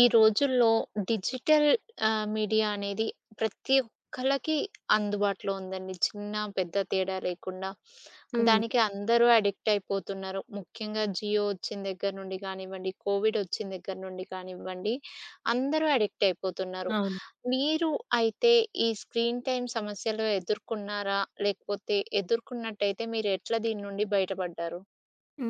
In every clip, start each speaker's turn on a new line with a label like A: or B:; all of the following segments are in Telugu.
A: ఈ రోజుల్లో డిజిటల్ మీడియా అనేది ప్రతి ఒక్కళ్ళకి అందుబాటులో ఉందండి. చిన్న, పెద్ద తేడా లేకుండా.
B: హ్మ్.
A: దానికి అందరూ అడిక్ట్ అయిపోతున్నారు. ముఖ్యంగా జియో వచ్చిన దగ్గర నుండి కానివ్వండి, కోవిడ్ వచ్చిన దగ్గర నుండి కానివ్వండి, అందరూ అడిక్ట్ అయిపోతున్నారు.
B: అవును.
A: మీరు అయితే ఈ స్క్రీన్ టైమ్ సమస్యలు ఎదుర్కొన్నారా? లేకపోతే ఎదుర్కొన్నట్టయితే మీరు ఎట్లా దీని నుండి బయటపడ్డారు?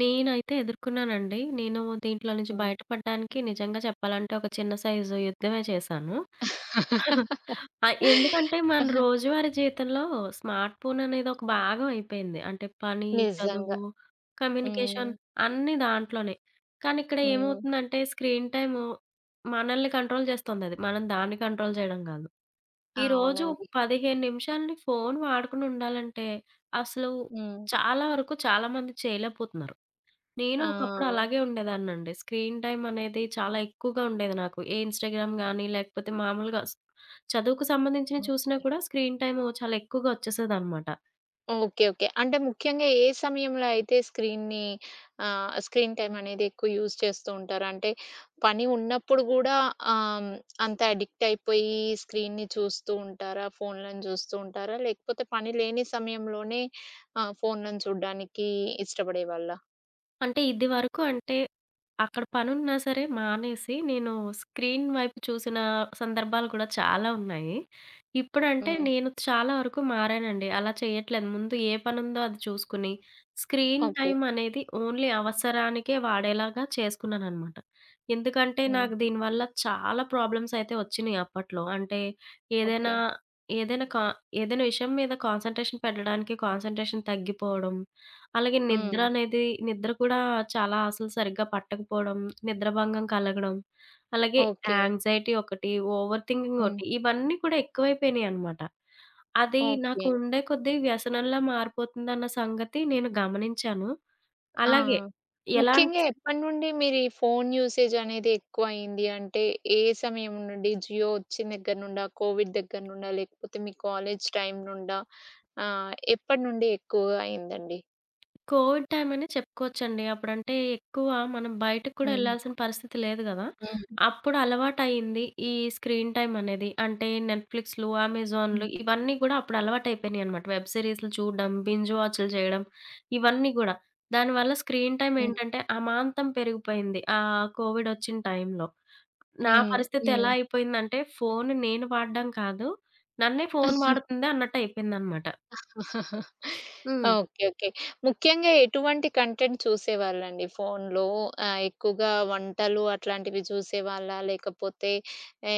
B: నేనైతే ఎదుర్కొన్నానండి. నేను దీంట్లో నుంచి
A: హ్మ్.
B: బయటపడడానికి నిజంగా చెప్పాలంటే ఒక చిన్న సైజు యుద్ధమే చేశాను. ఎందుకంటే మన రోజువారీ జీవితంలో స్మార్ట్ ఫోన్ అనేది ఒక భాగం అయిపోయింది. అంటే పని,
A: నిజంగా.
B: చదువు,
A: హ్మ్.
B: కమ్యూనికేషన్ అన్నీ దాంట్లోనే. కానీ ఇక్కడ
A: హ్మ్.
B: ఏమవుతుందంటే స్క్రీన్ టైము మనల్ని కంట్రోల్ చేస్తుందది. మనం దాన్ని కంట్రోల్ చేయడం కాదు.
A: ఆ!
B: ఈ రోజు
A: అవునండి.
B: 15 నిమిషాలని ఫోను వాడకుండా ఉండాలంటే, అసలు
A: హ్మ్.
B: చాలా వరకు చాలామంది చేయలేకపోతున్నారు. నేను ఒకప్పుడు
A: ఆ!
B: అలాగే ఉండేదాన్నండి. స్క్రీన్ టైమ్ అనేది చాలా ఎక్కువగా ఉండేది నాకు. ఏ ఇన్‌స్టాగ్రామ్ గానీ, లేకపోతే మామూలుగా చదువుకు సంబంధించినవి చూసినా
A: ఓకే.
B: కూడా స్క్రీన్ టైము చాలా ఎక్కువగా వచ్చేసేదనమాట.
A: ఓకే. ఓకే. అంటే ముఖ్యంగా ఏ సమయంలో అయితే స్క్రీన్‌ని స్క్రీన్ టైమ్ అనేది ఎక్కువ యూజ్ చేస్తూ ఉంటారు? అంటే పని ఉన్నప్పుడు గూడా ఆహ్, హ్మ్, అంత అడిక్ట్ అయిపోయి స్క్రీన్‌ని చూస్తూ ఉంటారా? ఫోన్‌లను చూస్తూ ఉంటారా? లేకపోతే పని లేని సమయంలోనే ఫోన్‌లను చూడ్డానికి ఇష్టపడేవాళ్ళా?
B: అంటే ఇదివరకు అంటే, అక్కడ పనున్నా సరే మానేసి నేను స్క్రీన్ వైపు చూసిన సందర్భాలు కూడా చాలా ఉన్నాయి. ఇప్పుడంటే
A: హ్మ్.
B: నేను చాలా వరకు మారానండి. అలా చేయట్లేదు. ముందు ఏ పనుందో అది చూసుకుని, స్క్రీన్
A: ఓకే.
B: టైమ్ అనేది ఓన్లీ అవసరానికే వాడేలాగా చేసుకున్నాననమాట. ఎందుకంటే
A: హ్మ్.
B: నాకు దీనివల్ల చాలా ప్రాబ్లమ్స్ అయితే వచ్చినియి అప్పట్లో. అంటే ఏదైనా
A: ఓకే.
B: ఏదైనా కా ఏదైనా విషయం మీద కాన్సంట్రేషన్ పెట్టడానికి కాన్సంట్రేషన్ తగ్గిపోవడం. అలాగే నిద్ర
A: హ్మ్.
B: అనేది నిద్ర కూడా చాలా అసలు సరిగ్గా పట్టకపోవడం, నిద్రభంగం కలగడం, అలాగే
A: ఓకే.
B: యాంగ్జైటీ ఒకటి, ఓవర్ థింకింగ్
A: హ్మ్.
B: ఒకటి ఇవన్నీ కూడా ఎక్కువైపోయినాయనమాట. అది నాకు
A: ఓకే.
B: ఉండే కొద్దీ వ్యసనంలా మారిపోతుందన్న సంగతి నేను గమనించాను.
A: ఆ!
B: అలాగే ఎలాంటి
A: ముఖ్యంగా
B: స్
A: ఎప్పటినుండి మీరు ఈ ఫోను యూసేజ్ అనేది ఎక్కువయింది? అంటే ఏ సమయం నుండి? జియో వచ్చిన దగ్గర నుండా? కోవిడ్ దగ్గర నుండా? లేకపోతే మీ కాలేజ్ టైం నుండా? ఎప్పటినుండి ఎక్కువగా అయిందండి?
B: కోవిడ్ టైమ్ అనే చెప్పుకోవచ్చండి. అప్పుడంటే ఎక్కువ మనం బయటకి కూడా
A: హ్మ్.
B: ఎళ్ళాల్సిన పరిస్థితి లేదు గదా!
A: హ్మ్.
B: అప్పుడు అలవాటయింది ఈ స్క్రీన్ టైమ్ అనేది. అంటే నెట్‌ఫ్లిక్స్‌లు,
A: హ్మ్.
B: అమెజాన్‌లు ఇవన్నీ గూడా అప్పుడు అలవాటయిపోయినాయనమాట. వెబ్ సీరీస్‌లు చూడడం, బింజ్ వాచ్‌లు చేయడం ఇవన్నీ గూడా. దానివల్ల స్క్రీన్ టైమ్
A: హ్మ్.
B: ఏంటంటే అమాంతం పెరిగిపోయింది. ఆ కోవిడొచ్చిన టైంలో. నా
A: హ్మ్.
B: పరిస్థితి
A: హ్మ్.
B: ఎలా అయిపోయిందంటే ఫోను నేను వాడడం కాదు. నన్నే ఫోను వాడుతుంది అన్నట్టయిపోయిందనమాట. హ్మ్.
A: ఓకే. ఓకే. ముఖ్యంగా ఎటువంటి కంటెంట్ చూసేవాళ్ళండి ఫోనులో? ఎక్కువగా వంటలు అట్లాంటివి చూసేవాళ్ళా? లేకపోతే ఏ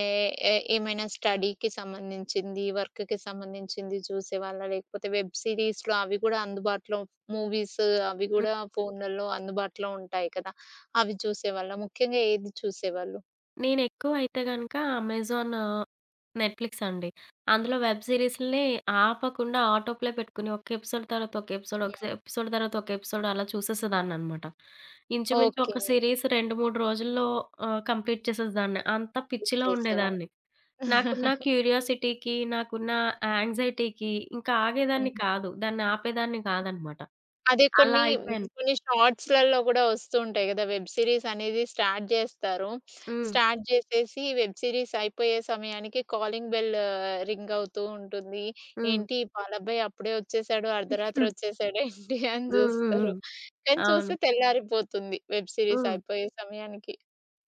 A: ఏ ఏమైనా స్టడీకి సంబంధించింది, వర్క్‌కి సంబంధించింది చూసేవాళ్ళా? లేకపోతే వెబ్ సిరీస్‌లో అవి కూడా అందుబాటులో మూవీస్ అవి కూడా ఫోన్లలో అందుబాటులో ఉంటాయి కదా! అవి చూసేవాళ్ళా? ముఖ్యంగా ఏది చూసేవాళ్ళు?
B: నేనెక్కువ అయితే గనక అమెజాన్, నెట్‌ఫ్లిక్స్ అండి. అందులో వెబ్ సీరీస్‌లనే ఆపకుండా ఆటో ప్లే పెట్టుకొని ఒక ఎపిసోడ్ తర్వాత ఒక ఎపిసోడ్, ఒక
A: హ్మ్.
B: ఎపిసోడ్ తర్వాత ఒక ఎపిసోడ్ అలా చూసేసేదాన్ననమాట. ఇంచుమించు
A: ఓకే.
B: ఒక సీరీస్ 2, 3 రోజుల్లో కంప్లీట్ చేసేసేదాన్ని. అంత
A: కంప్లీట్
B: పిచ్చిలో
A: చేసేవాళ్ళు.
B: ఉండేదాన్ని. నాకున్న క్యూరియాసిటీకి, నాకున్న యాంగ్జైటీకి ఇంకా ఆగేదాన్ని కాదు. దాన్ని ఆపేదాన్ని కాదనమాట.
A: అదే
B: అలా
A: కొన్ని
B: అయిపోయాను.
A: కొన్ని షార్ట్స్‌లలో గూడా వస్తూ ఉంటాయి గదా! వెబ్ సీరీస్ అనేది స్టార్ట్ జేస్తారు.
B: హ్మ్.
A: స్టార్ట్ జేసేసి వెబ్ సీరీస్ అయిపోయే సమయానికి కాలింగ్ బెల్ రింగ్ అవుతూ ఉంటుంది.
B: హ్మ్.
A: ఏంటి ఈ పాలబ్బాయి అప్పుడే వచ్చేసాడు, అర్ధరాత్రి
B: హ్మ్.
A: వచ్చేసాడు ఏంటి అని
B: హ్మ్. హ్మ్. హ్మ్.
A: జూస్తారు. కానీ
B: అవును.
A: చూస్తే తెల్లారిపోతుంది వెబ్ సీరీస్
B: హ్మ్.
A: అయిపోయే సమయానికి.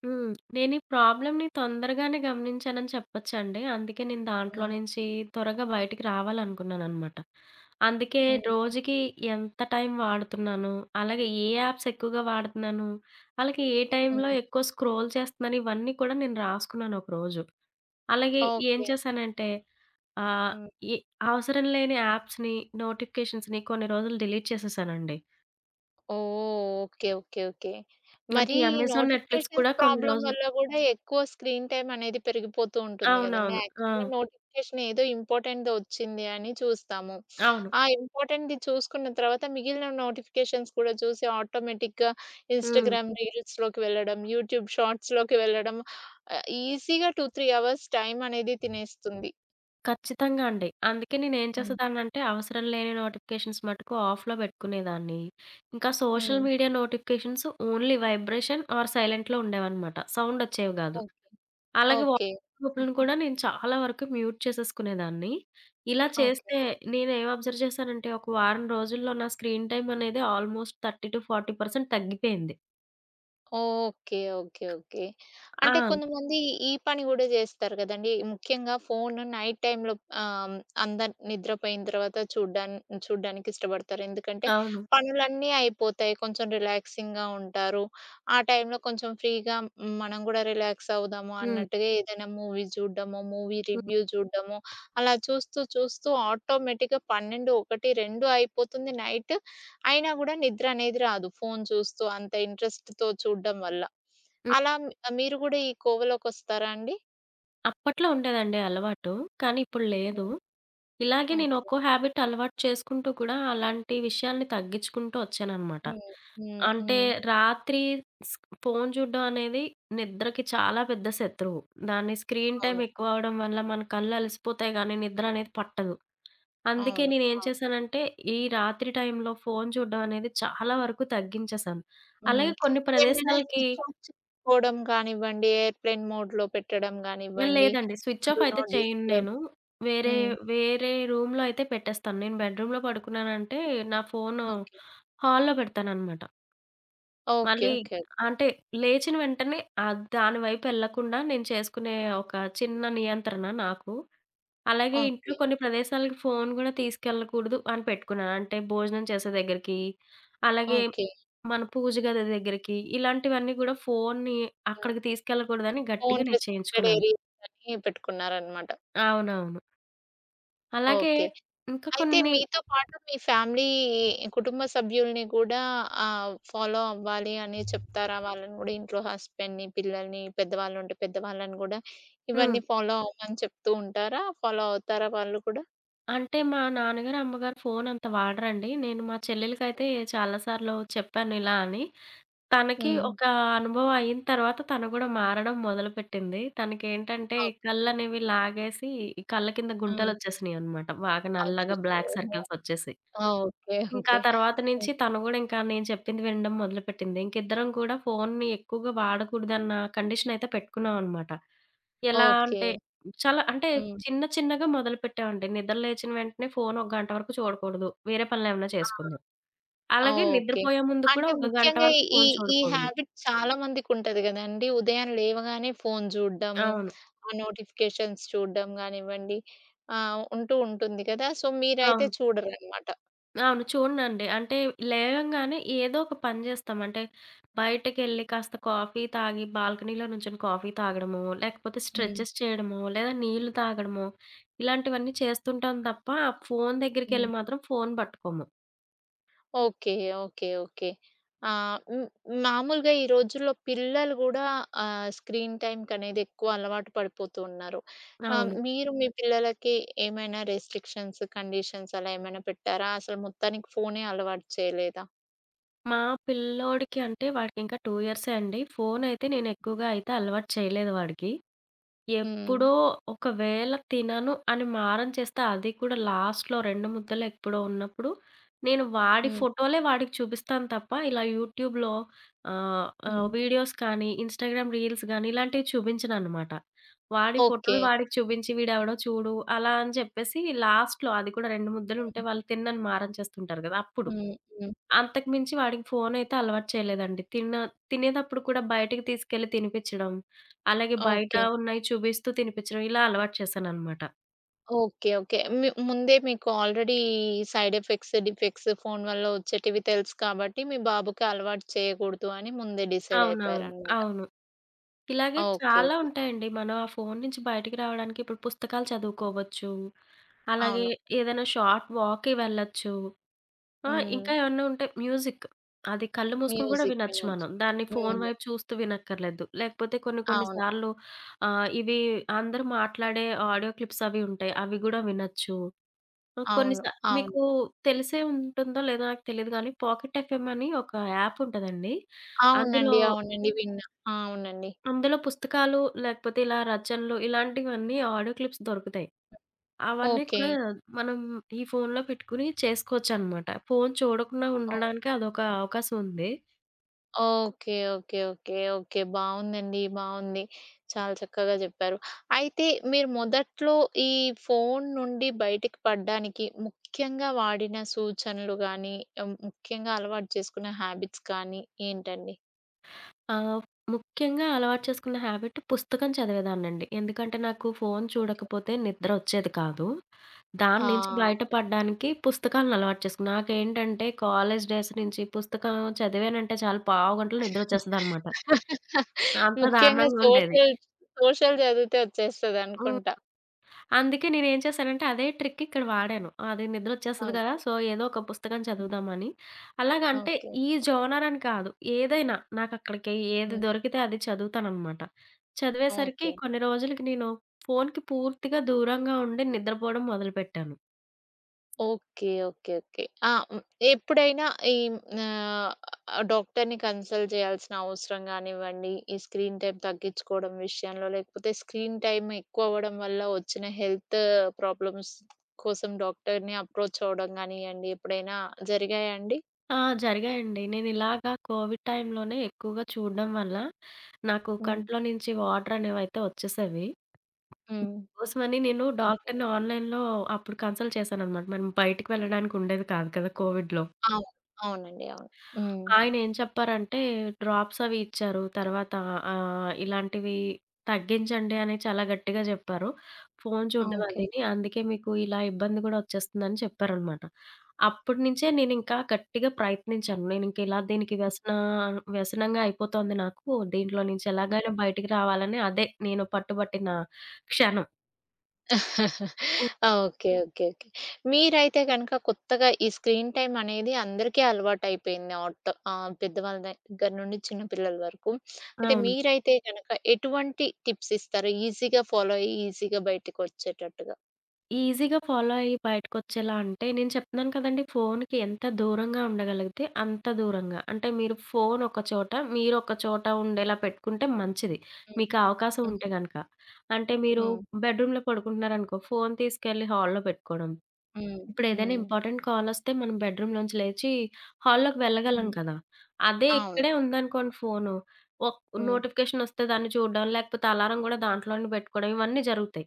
B: హ్మ్. నేను ఈ ప్రాబ్లమ్‌ని తొందరగానే గమనించానని చెప్పొచ్చండి. అందుకే నేను దాంట్లో
A: హ్మ్.
B: నుంచి త్వరగా బయటికి రావాలనుకున్నాననమాట. అందుకే
A: హ్మ్.
B: రోజుకి ఎంత టైం వాడుతున్నాను, అలాగే ఏ యాప్స్ ఎక్కువగా వాడుతున్నాను, అలాగే ఏ టైంలో
A: హ్మ్.
B: ఎక్కువ స్క్రోల్ చేస్తున్నాను ఇవన్నీ కూడా నేను రాసుకున్నాను ఒక రోజు. అలాగే ఏం
A: ఓకే.
B: చేశానంటే ఆహ్,
A: హ్మ్.
B: ఎ అవసరం లేని యాప్స్‌ని, నోటిఫికేషన్స్‌ని కొన్ని రోజులు డిలీట్ చేసేసానండి.
A: ఓహ్! ఓకే. ఓకే. ఓకే.
B: అంటే
A: మరి
B: ఈ
A: ఈ
B: అమెజాన్, నెట్‌ఫ్లిక్స్
A: నోటిఫికేషన్స్
B: కూడా కొన్ని
A: ప్రాబ్లమ్
B: రోజులు
A: వల్ల గూడా ఎక్కువ స్క్రీన్ టైమ్ అనేది పెరిగిపోతూ ఉంటుంది గదండీ!
B: అవునవును. ఆ!
A: యాక్చువల్‌గా నోటిఫికేషన్ ఏదో ఇంపార్టెంట్‌ది వచ్చింది అని చూస్తాము.
B: అవును.
A: ఆ ఇంపార్టెంట్‌ది చూసుకున్న తర్వాత మిగిలిన నోటిఫికేషన్స్ కూడా చూసి ఆటోమేటిక్‌గా
B: హ్మ్.
A: ఇన్‌స్టాగ్రామ్ రీల్స్‌లోకి వెళ్ళడం, యూట్యూబ్ షార్ట్స్‌లోకి వెళ్ళడం ఈజీగా 2, 3 అవర్స్ టైమ్ అనేది తినేస్తుంది.
B: ఖచ్చితంగా అండి. అందుకే నేనేం
A: హ్మ్.
B: చేసేదాన్నంటే, అవసరం లేని నోటిఫికేషన్స్ మటుకు ఆఫ్‌లో బెట్టుకునేదాన్ని. ఇంకా social
A: hmm.
B: Media notifications only vibration or సైలెంట్‌లో ఉండేవనమాట. సౌండొచ్చేవి గాదు.
A: ఓకే.
B: అలాగే
A: ఓకే.
B: వాట్సాప్ గ్రూపులను కూడా నేను చాలా వరకు మ్యూట్ చేసేసుకునేదాన్ని. ఇలా
A: ఓకే.
B: చేస్తే నేనేం అబ్జర్వ్ చేశానంటే, ఒక వారం రోజుల్లో నా స్క్రీన్ టైమ్ అనేది ఆల్మోస్ట్ 30-40% తగ్గిపోయింది.
A: ఓకే. ఓకే. ఓకే. అంటే
B: ఆ!
A: కొంతమంది ఈ పని గూడా జేస్తారు గదండీ! ముఖ్యంగా ఫోన్ నైట్ టైమ్‌లో ఆహ్, అందరు నిద్రపోయిన తర్వాత చూడ్డానికి ఇష్టపడతారు. ఎందుకంటే
B: అవును.
A: పనులన్నీ అయిపోతాయి. కొంచెం రిలాక్సింగ్‌గా ఉంటారు. ఆ టైమ్‌లో కొంచెం ఫ్రీగా మనం గూడా రిలాక్స్ అవుదాము
B: హ్మ్.
A: అన్నట్టుగా ఏదైనా మూవీ జూడ్డమో, మూవీ
B: హ్మ్.
A: రివ్యూ జూడ్డమో అలా చూస్తూ చూస్తూ ఆటోమేటిక్‌గా 12, 1, 2 అయిపోతుంది నైట్. అయినా గూడా నిద్రనేది రాదు. ఫోను చూస్తూ అంత ఇంట్రెస్ట్‌తో చూడడం వల్ల.
B: హ్మ్.
A: అలా మ్ మీరు గూడా ఈ కోవలోకొస్తారా అండి?
B: అప్పట్లో ఉండేదండి అలవాటు. కానీ ఇప్పుడు లేదు.
A: హ్మ్.
B: ఇలాగే నేను
A: ఓకే.
B: ఒక్కో హ్యాబిట్ అలవాటు చేసుకుంటూ కూడా అలాంటి విషయాల్ని తగ్గించుకుంటూ వచ్చాననమాట.
A: హ్మ్. హ్మ్.
B: అంటే
A: హ్మ్.
B: రాత్రి స్ ఫోను చూడ్డం అనేది నిద్రకి చాలా పెద్ద శత్రువు. దాన్ని స్క్రీన్ టైమ్
A: అవును.
B: ఎక్కువ అవ్వడం వల్ల మన కళ్ళు అలసిపోతాయి గానీ నిద్ర అనేది పట్టదు. అందుకే
A: అవును.
B: నేనేం
A: అవును.
B: చేశానంటే ఈ రాత్రి టైంలో ఫోను చూడ్డం అనేది చాలా వరకు తగ్గించేశాను.
A: హ్మ్.
B: అలాగే కొన్ని
A: ఏమైనా
B: ప్రదేశాలకి
A: స్విచ్ ఆఫ్ చేసుకోవడం గానివ్వండి, ఎయిర్‌ప్లేన్ మోడ్‌లో పెట్టడం గానివ్వండి,
B: లేదండి. స్విచ్ ఆఫ్
A: డు
B: అయితే
A: నాట్
B: చేయను
A: డిస్టర్బ్.
B: నేను. వేరే,
A: హ్మ్.
B: వేరే రూమ్‌లో అయితే పెట్టేస్తాను. నేను బెడ్‌రూమ్‌లో పడుకున్నానంటే నా ఫోను
A: ఓకే.
B: హాల్‌లో పెడతాననమాట.
A: ఓకే.
B: మళ్ళీ
A: ఓకే. ఓకే.
B: అంటే లేచిన వెంటనే దాని వైపు ఎళ్ళకుండా నేను చేసుకునే ఒక చిన్న నియంత్రణ నాకు. అలాగే ఇంట్లో
A: ఓకే.
B: కొన్ని ప్రదేశాలకి ఫోను గూడా తీసుకెళ్ళకూడదు అని పెట్టుకున్నాను. అంటే భోజనం చేసే దగ్గరికి, అలాగే
A: ఓకే.
B: మన పూజ గది దగ్గరికి, ఇలాంటివన్నీ గూడా ఫోన్ని
A: హ్మ్.
B: అక్కడికి తీసుకెళ్ళకూడదని గట్టిగా
A: ఫోను రెస్ట్రిక్టెడ్
B: నిశ్చయించుకున్నాను.
A: ఏరియాస్ అని పెట్టుకున్నారనమాట.
B: అవునవును. అలాగే
A: ఓకే.
B: ఇంకా
A: అయితే
B: కొన్ని
A: మీతో పాటు మీ ఫ్యామిలీ, కుటుంబ సభ్యుల్ని గూడా ఫాలో అవ్వాలి అని చెప్తారా? వాళ్ళని గూడా ఇంట్లో హస్బెండ్‌ని, పిల్లల్ని, పెద్దవాళ్ళుంటే పెద్దవాళ్ళని గూడా
B: హ్మ్.
A: ఇవన్నీ ఫాలో అవ్వమని చెప్తూ ఉంటారా? ఫాలో అవుతారా వాళ్ళు కూడా?
B: అంటే మా నాన్నగారు, అమ్మగారు ఫోను అంత వాడరండి. నేను మా చెల్లెలికైతే చాలా సార్లు చెప్పాను ఇలా అని. తనకి
A: హ్మ్.
B: ఒక అనుభవం అయిన తర్వాత తను కూడా మారడం మొదలుపెట్టింది. తనకేంటంటే
A: ఓకే.
B: కళ్ళనేవి లాగేసి, ఈ కళ్ళ కింద
A: హ్మ్.
B: గుంటలొచ్చేసినియనమాట. బాగా నల్లగా
A: అచ్చచ్చో!
B: బ్లాక్
A: ఓహో!
B: సర్కిల్సొచ్చేసి.
A: ఆ! ఓకే.
B: ఇంకా ఆ
A: ఓకే.
B: తర్వాత నుంచి
A: హ్మ్.
B: తను గూడా ఇంకా నేను చెప్పింది వినడం మొదలుపెట్టింది. ఇంకిద్దరం కూడా ఫోన్ని ఎక్కువగా వాడకూడదన్న కండిషన్ అయితే పెట్టుకున్నామనమాట. ఎలా
A: ఓకే.
B: అంటే చాలా అంటే
A: హ్మ్.
B: చిన్న చిన్నగా మొదలుపెట్టామండి. నిద్ర లేచిన వెంటనే ఫోను ఒక గంట వరకు చూడకూడదు. వేరే పనులేమన్నా
A: ఆ!
B: చేసుకుందాం.
A: ఆ!
B: అలాగే
A: ఓకే.
B: నిద్రపోయే ముందు కూడా
A: అంటే
B: ఒక గంట
A: ముఖ్యంగా
B: వరకు
A: ఈ
B: ఫోను
A: ఈ
B: చూడకూడదు.
A: హాబిట్ చాలా మందికుంటది గదండీ. ఉదయం లేవగానే ఫోను జూడడము,
B: అవును.
A: ఆ నోటిఫికేషన్స్ చూడడం గానివ్వండి, ఉంటూ ఉంటుంది కదా! సో, మీరైతే
B: అవును.
A: చూడరనమాట.
B: అవును. చూడనండి. అంటే లేవంగానే ఏదో ఒక పని జేస్తాం. అంటే బయటకెళ్ళి కాస్త కాఫీ తాగి బాల్కనీలో నుంచొని కాఫీ తాగడమో, లేకపోతే
A: హ్మ్.
B: స్ట్రెచెస్ చేయడమో, లేదా నీళ్లు తాగడమో ఇలాంటివన్నీ చేస్తుంటాం తప్ప ఆ ఫోను దగ్గరికెళ్ళి
A: హ్మ్.
B: మాత్రం ఫోను పట్టుకోము.
A: ఓకే. ఓకే. ఓకే. ఆహ్, హ్మ్. మామూలుగా ఈ రోజుల్లో పిల్లలు గూడా స్క్రీన్ టైమ్‌కనేది ఎక్కువ అలవాటు పడిపోతూ ఉన్నారు.
B: అవును.
A: మీరు మీ పిల్లలకి ఏమైనా రెస్ట్రిక్షన్స్, కండిషన్స్ అలా ఏమైనా పెట్టారా? అసలు మొత్తానికి ఫోనే అలవాటు చేయలేదా?
B: మా పిల్లోడికి అంటే వాడికింకా 2 ఇయర్సే అండి. ఫోనయితే నేనెక్కువగా అయితే అలవాటు చేయలేదు వాడికి.
A: హ్మ్.
B: ఎప్పుడో ఒకవేళ తినను అని మారం చేస్తే, అది కూడా లాస్ట్‌లో 2 ముద్దలు ఎప్పుడో ఉన్నప్పుడు, నేను వాడి
A: హ్మ్.
B: ఫోటోలే వాడికి చూపిస్తాను తప్ప, ఇలా యూట్యూబ్‌లో ఆహ్, ఆహ్,
A: హ్మ్.
B: వీడియోస్ కానీ, ఇన్‌స్టాగ్రామ్ రీల్స్ గానీ, ఇలాంటివి చూపించననమాట. వాడి
A: ఓకే.
B: ఫోటోలు వాడికి చూపించి, "వీడెవడో చూడు" అలా అని చెప్పేసి లాస్ట్‌లో అది కూడా 2 ముద్దలుంటే
A: హ్మ్.
B: వాళ్ళు తినని మారం చేస్తుంటారు గదా! అప్పుడు.
A: హ్మ్. హ్మ్.
B: అంతకు మించి వాడికి ఫోనయితే అలవాటు చేయలేదండి. తినేతప్పుడు కూడా బయటికి తీసుకెళ్ళి తినిపిచ్చడం. అలాగే బయట
A: ఓకే.
B: ఉన్నాయి చూపిస్తూ తినిపించడం ఇలా అలవాటు చేశాననమాట.
A: ఓకే. ఓకే. ముందే మీకు already side effects, defects phone వల్ల వచ్చేటివి తెలుసు కాబట్టి మీ బాబుకి అలవాటు చేయకూడదు అని ముందే డిసైడ్
B: అవునవును.
A: అయిపోయారనమాట.
B: అవును. ఇలాగే
A: ఓకే.
B: చాలా
A: ఓకే.
B: ఉంటాయండి. మనం ఆ ఫోను నుంచి బయటికి రావడానికి ఇప్పుడు పుస్తకాలు చదువుకోవచ్చు. అలాగే
A: అవును.
B: ఏదైనా షార్ట్ వాక్‌కి వెళ్ళొచ్చు. ఆ!
A: హ్మ్.
B: ఇంకా ఏమన్నా ఉంటే మ్యూజిక్. అది కళ్ళు మూసుకొని కూడా
A: మ్యూజిక్
B: వినొచ్చు
A: వినొచ్చు.
B: మనం. దాన్ని ఫోను
A: హ్మ్.
B: వైపు చూస్తూ వినక్కర్లేదు. లేకపోతే కొన్ని కొన్ని
A: అవును.
B: సార్లు ఇవి అందరూ మాట్లాడే ఆడియో క్లిప్స్ అవి ఉంటాయి. అవి గూడా వినొచ్చు. ఆ! కొన్ని
A: అవును.
B: సా
A: అవును.
B: మీకు తెలిసే ఉంటుందో లేదో నాకు తెలీదు గానీ, పాకెట్ ఎఫ్ఎం అని ఒక యాప్ ఉంటదండి. అందులో,
A: అవునండి. అవునండి. విన్నా. అవునండి.
B: అందులో పుస్తకాలు లేకపోతే ఇలా రచనలు ఇలాంటివన్నీ ఆడియో క్లిప్స్ దొరుకుతాయి. అవన్నీ
A: ఓకే.
B: కూడా మనం ఈ ఫోన్‌లో పెట్టుకొని చేసుకోవచ్చనమాట. ఫోన్ చూడకుండా
A: ఓహ్!
B: ఉండడానికి అదొక అవకాశం ఉంది.
A: ఓకే. ఓకే. ఓకే. ఓకే. బావుందండి. బావుంది. చాలా చక్కగా జెప్పారు. అయితే మీరు మొదట్లో ఈ ఫోను నుండి బయటికి పడ్డానికి ముఖ్యంగా వాడిన సూచనలు గానీ, ముఖ్యంగా అలవాటు చేసుకున్న హ్యాబిట్స్ కానీ ఏంటండి?
B: ఆహ్, ముఖ్యంగా అలవాటు చేసుకున్న హ్యాబిట్ పుస్తకం చదివేదాన్నండి. ఎందుకంటే నాకు ఫోన్
A: ఓకే.
B: చూడకపోతే నిద్ర ఒచ్చేది కాదు. దాని నుంచి
A: ఆ!
B: బయటపడడానికి పుస్తకాలను అలవాటు చేసుకున్నా. నాకేంటంటే కాలేజ్ డేస్ నుంచి పుస్తకం చదివానంటే చాలు పావు గంటలో నిద్రొచ్చేస్తదనమాట. అంత
A: ముఖ్యంగా
B: దారుణంగా ఉండేది.
A: సోషల్ చదివితే
B: హ్మ్.
A: వచ్చేస్తదనుకుంటా.
B: అందుకే నేనేం చేశానంటే అదే ట్రిక్ ఇక్కడ వాడాను. అది నిద్రొచ్చేస్తది కదా!
A: ఓకే.
B: సో, ఏదో ఒక పుస్తకం చదువుదామని. అలాగంటే
A: ఓకే.
B: ఈ జోనర్ అని కాదు. ఏదైనా నాకక్కడికి ఏది
A: హ్మ్.
B: దొరికితే అది చదువుతాననమాట. చదివేసరికి
A: ఓకే.
B: కొన్ని రోజులకి నేను ఫోన్‌కి పూర్తిగా దూరంగా ఉండి నిద్రపోవడం మొదలుపెట్టాను.
A: ఓకే. ఓకే. ఓకే. ఆ! హ్మ్. ఎప్పుడైనా ఈ ఆహ్, డాక్టర్‌ని కన్సల్ట్ చేయాల్సిన అవసరం గానివ్వండి, ఈ స్క్రీన్ టైమ్ తగ్గించుకోవడం విషయంలో, లేకపోతే స్క్రీన్ టైమ్ ఎక్కువ అవ్వడం వల్ల వచ్చిన హెల్త్ ప్రాబ్లమ్స్ కోసం డాక్టర్‌ని అప్రోచ్ అవ్వడం గానియ్యండి, ఎప్పుడైనా జరిగాయా అండి?
B: ఆ! జరిగాయండి. నేనిలాగా కోవిడ్ టైంలోనే ఎక్కువగా చూడడం వల్ల, నాకు
A: హ్మ్.
B: కంట్లో నుంచి వాటర్ అనేవైతే వచ్చేసేవి.
A: హ్మ్.
B: కోసమని నేను
A: ఓకే.
B: డాక్టర్‌ని ఆన్‌లైన్‌లో అప్పుడు కన్సల్ట్ చేశాననమాట. మనం బయటికి వెళ్ళడానికి ఉండేది కాదు కదా! కోవిడ్‌లో.
A: అవును. అవునండి. అవును. హ్మ్.
B: ఆయనేం చెప్పారంటే, డ్రాప్స్ అవి ఇచ్చారు. తర్వాత ఇలాంటివి తగ్గించండి అని చాలా గట్టిగా జెప్పారు. ఫోను చూడడం
A: ఓకే.
B: అదిని, అందుకే మీకు ఇలా ఇబ్బంది గూడా ఒచ్చేస్తుందని చెప్పారనమాట. అప్పటి నుంచే నేనింకా గట్టిగా ప్రయత్నించాను. నేనింక ఇలా దీనికి వ్యసనంగా అయిపోతోంది నాకు. దీంట్లో నుంచి ఎలాగైనా బయటికి రావాలని అదే నేను పట్టుబట్టిన క్షణం. ఓహ్!
A: ఆ! ఓకే. ఓకే. ఓకే. మీరైతే గనక కొత్తగా ఈ స్క్రీన్ టైమ్ అనేది అందరికీ అలవాటయిపోయింది. పెద్దవాళ్ళ దగ్గర నుండి చిన్న పిల్లల వరకు. అయితే
B: అవును.
A: మీరైతే గనక ఎటువంటి టిప్స్ ఇస్తారు? ఈజీగా ఫాలో అయ్యి ఈజీగా బయటికొచ్చేటట్టుగా.
B: ఈజీగా ఫాలో అయ్యి బయటకొచ్చేలా అంటే, నేను చెప్తున్నాను కదండీ! ఫోన్‌కి ఎంత దూరంగా ఉండగలిగితే అంత దూరంగా. అంటే మీరు ఫోన్ ఒక చోట, మీరు ఒక చోట ఉండేలా పెట్టుకుంటే మంచిది.
A: హ్మ్.
B: మీకు ఆ అవకాశం ఉంటే
A: హ్మ్.
B: గనక. అంటే మీరు
A: హ్మ్.
B: బెడ్‌రూమ్‌లో పడుకుంటున్నారనుకో, ఫోన్ తీసుకెళ్ళి హాల్‌లో పెట్టుకోవడం.
A: హ్మ్.
B: ఇప్పుడేదైనా
A: హ్మ్.
B: ఇంపార్టెంట్ కాలొస్తే మనం బెడ్‌రూమ్‌లోంచి లేచి హాల్లోకి వెళ్ళగలం
A: హ్మ్.
B: కదా! అదే
A: అవును.
B: ఇక్కడే ఉందనుకోండి ఫోను. ఒక్
A: హ్మ్.
B: నోటిఫికేషనొస్తే దాన్ని చూడడం, లేకపోతే అలారం గూడా దాంట్లోనే పెట్టుకోవడం ఇవన్నీ జరుగుతాయి.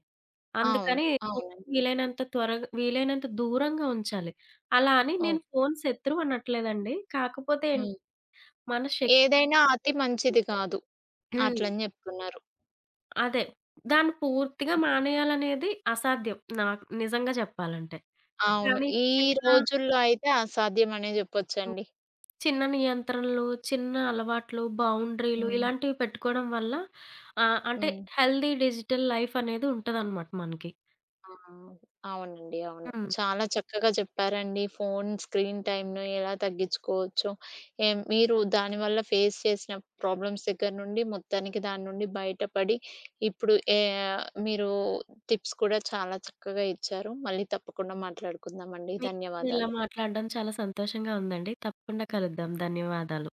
A: అవును.
B: అందుకని ఫోను
A: అవునండి.
B: వీలైనంత త్వరగా వీలైనంత దూరంగా ఉంచాలి. అలా అని నేను
A: ఓకే.
B: ఫోను శత్రువు అనట్లేదండి. కాకపోతే ఏం
A: హ్మ్.
B: మన శక్తి
A: ఏదైనా అతి మంచిది కాదు.
B: హ్మ్.
A: అట్లని జెప్తున్నారు.
B: అదే. దాన్ని పూర్తిగా మానేయాలనేది అసాధ్యం నాకు నిజంగా చెప్పాలంటే.
A: అవును.
B: కానీ
A: ఈ
B: చిన్న
A: రోజుల్లో అయితే అసాధ్యం అనే జెప్పొచ్చండి.
B: చిన్న నియంత్రణలు, చిన్న అలవాట్లు, బౌండరీలు
A: హ్మ్.
B: ఇలాంటివి పెట్టుకోవడం వల్ల ఆహ్, అంటే
A: హ్మ్.
B: హెల్తీ డిజిటల్ లైఫ్ అనేది ఉంటదనమాట మనకి.
A: ఆ! అవునండి. అవును.
B: హ్మ్.
A: చాలా చక్కగా చెప్పారండి. ఫోను స్క్రీన్ టైమ్‌ను ఎలా తగ్గించుకోవచ్చో, ఏం మీరు దానివల్ల ఫేస్ చేసిన ప్రాబ్లమ్స్ దగ్గర నుండి మొత్తానికి దాని నుండి బయటపడి ఇప్పుడు ఏ మీరు టిప్స్ కూడా చాలా చక్కగా ఇచ్చారు. మళ్ళీ తప్పకుండా మాట్లాడుకుందామండి.
B: మీతో ఇలా
A: ధన్యవాదాలు.
B: మాట్లాడడం చాలా సంతోషంగా ఉందండి. తప్పకుండా కలుద్దాం. ధన్యవాదాలు.